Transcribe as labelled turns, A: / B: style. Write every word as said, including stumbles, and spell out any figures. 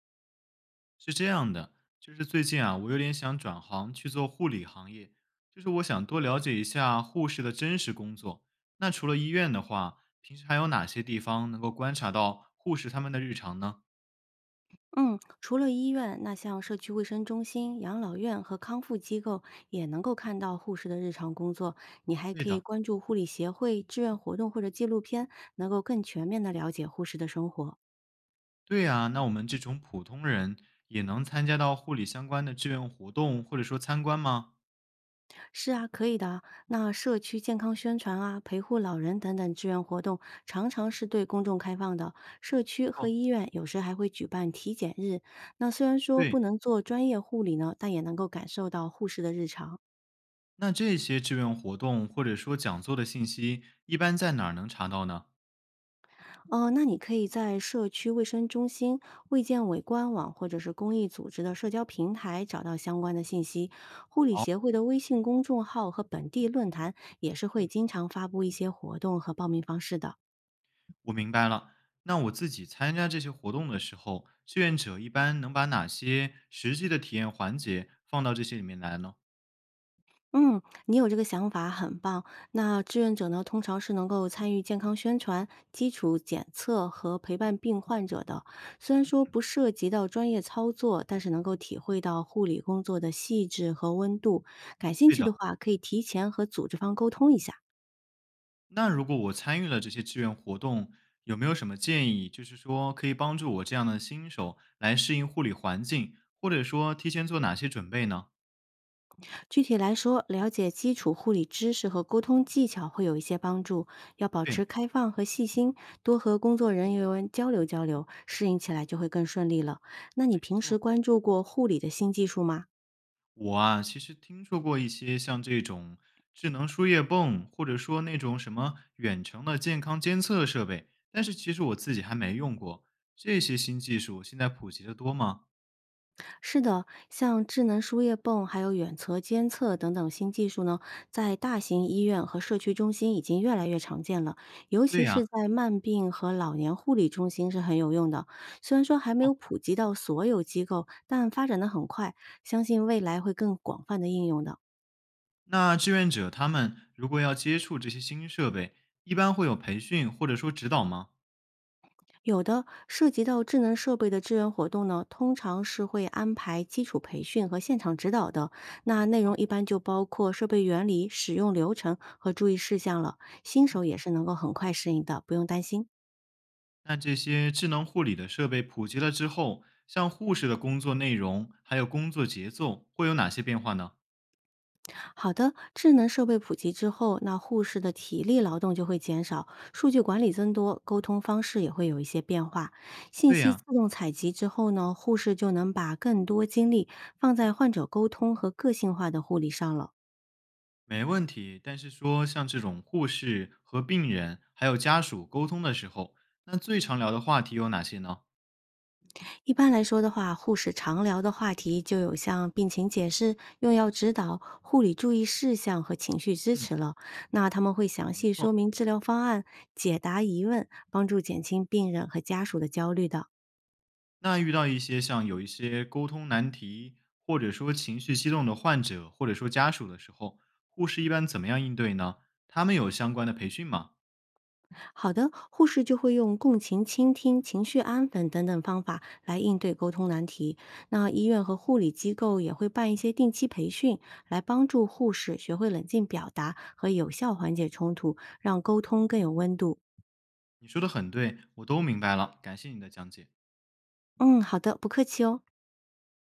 A: 是这样的，就是最近啊，我有点想转行去做护理行业，就是我想多了解一下护士的真实工作。那除了医院的话，平时还有哪些地方能够观察到护士他们的日常呢？
B: 嗯，除了医院，那像社区卫生中心、养老院和康复机构也能够看到护士的日常工作。你还
A: 对
B: 可以
A: 的。
B: 关注护理协会、志愿活动或者纪录片，能够更全面的了解护士的生活。
A: 对呀、那我们这种普通人也能参加到护理相关的志愿活动或者说参观吗？
B: 是啊，可以的啊那社区健康宣传啊、陪护老人等等志愿活动，常常是对公众开放的。社区和
A: 哦。
B: 医院有时还会举办体检日。那虽然说不
A: 对。
B: 能做专业护理呢，但也能够感受到护士的日常。
A: 那这些志愿活动或者说讲座的信息，一般在哪儿能查到呢？
B: 哦，那你可以在社区卫生中心、卫健委官网或者是公益组织的社交平台找到相关的信息。护理协会的微信公众号和本地论坛也是会经常发布一些活动和报名方式的。
A: 我明白了。那我自己参加这些活动的时候，志愿者一般能把哪些实际的体验环节放到这些里面来呢？
B: 嗯，你有这个想法很棒。那志愿者呢，通常是能够参与健康宣传、基础检测和陪伴病患者的。虽然说不涉及到专业操作，但是能够体会到护理工作的细致和温度。感兴
A: 对
B: 趣
A: 的。
B: 的话，可以提前和组织方沟通一下。
A: 那如果我参与了这些志愿活动，有没有什么建议，就是说可以帮助我这样的新手来适应护理环境，或者说提前做哪些准备呢？
B: 具体来说，了解基础护理知识和沟通技巧会有一些帮助。要保
A: 对。
B: 持开放和细心，多和工作人员交流交流，适应起来就会更顺利了。那你平时关注过护理的新技术吗？
A: 我啊，其实听说过一些像这种智能输液泵，或者说那种什么远程的健康监测设备，但是其实我自己还没用过。这些新技术现在普及的多吗？
B: 是的，像智能输液泵还有远测监测等等新技术呢，在大型医院和社区中心已经越来越常见了，尤
A: 对
B: 其
A: 呀。
B: 是在慢病和老年护理中心是很有用的。虽然说还没有普及到所有机构，但发展的很快，相信未来会更广泛的应用的。
A: 那志愿者他们如果要接触这些新设备，一般会有培训或者说指导吗？
B: 有的涉及到智能设备的志愿活动呢，通常是会安排基础培训和现场指导的。那
A: 没。
B: 内容一般就包括设备原理、使用流程和注意事项了。新手也是能够很快适应的，不用担心。
A: 那这些智能护理的设备普及了之后，像护士的工作内容还有工作节奏会有哪些变化呢？
B: 好的，智能设备普及之后，那护士的体力劳动就会减少，数据管理增多，沟通方式也会有一些变化。信
A: 对
B: 息自
A: 呀、
B: 动采集之后呢，护士就能把更多精力放在患者沟通和个性化的护理上了。
A: 没问题，但是说像这种护士和病人还有家属沟通的时候，那最常聊的话题有哪些呢？
B: 一般来说的话，护士常聊的话题就有像病情解释、用药指导、护理注意事项和情绪支
A: 嗯。
B: 持了。那他们会详
A: 没
B: 细说
A: 错。
B: 明治疗方案，解答疑问，帮助减轻病人和家属的焦虑的。
A: 那遇到一些像有一些沟通难题，或者说情绪激动的患者，或者说家属的时候，护士一般怎么样应对呢？他们有相关的培训吗？
B: 好的，护士就会用共情、倾听、情绪安抚等等方法来应对沟通难题。那医院和护理机构也会办一些定期培训，来帮助护士学会冷静表达和有效缓解冲突，让沟通更有温度。
A: 你说的很对，我都明白了，感谢你的讲解。
B: 嗯，好的，不客气哦。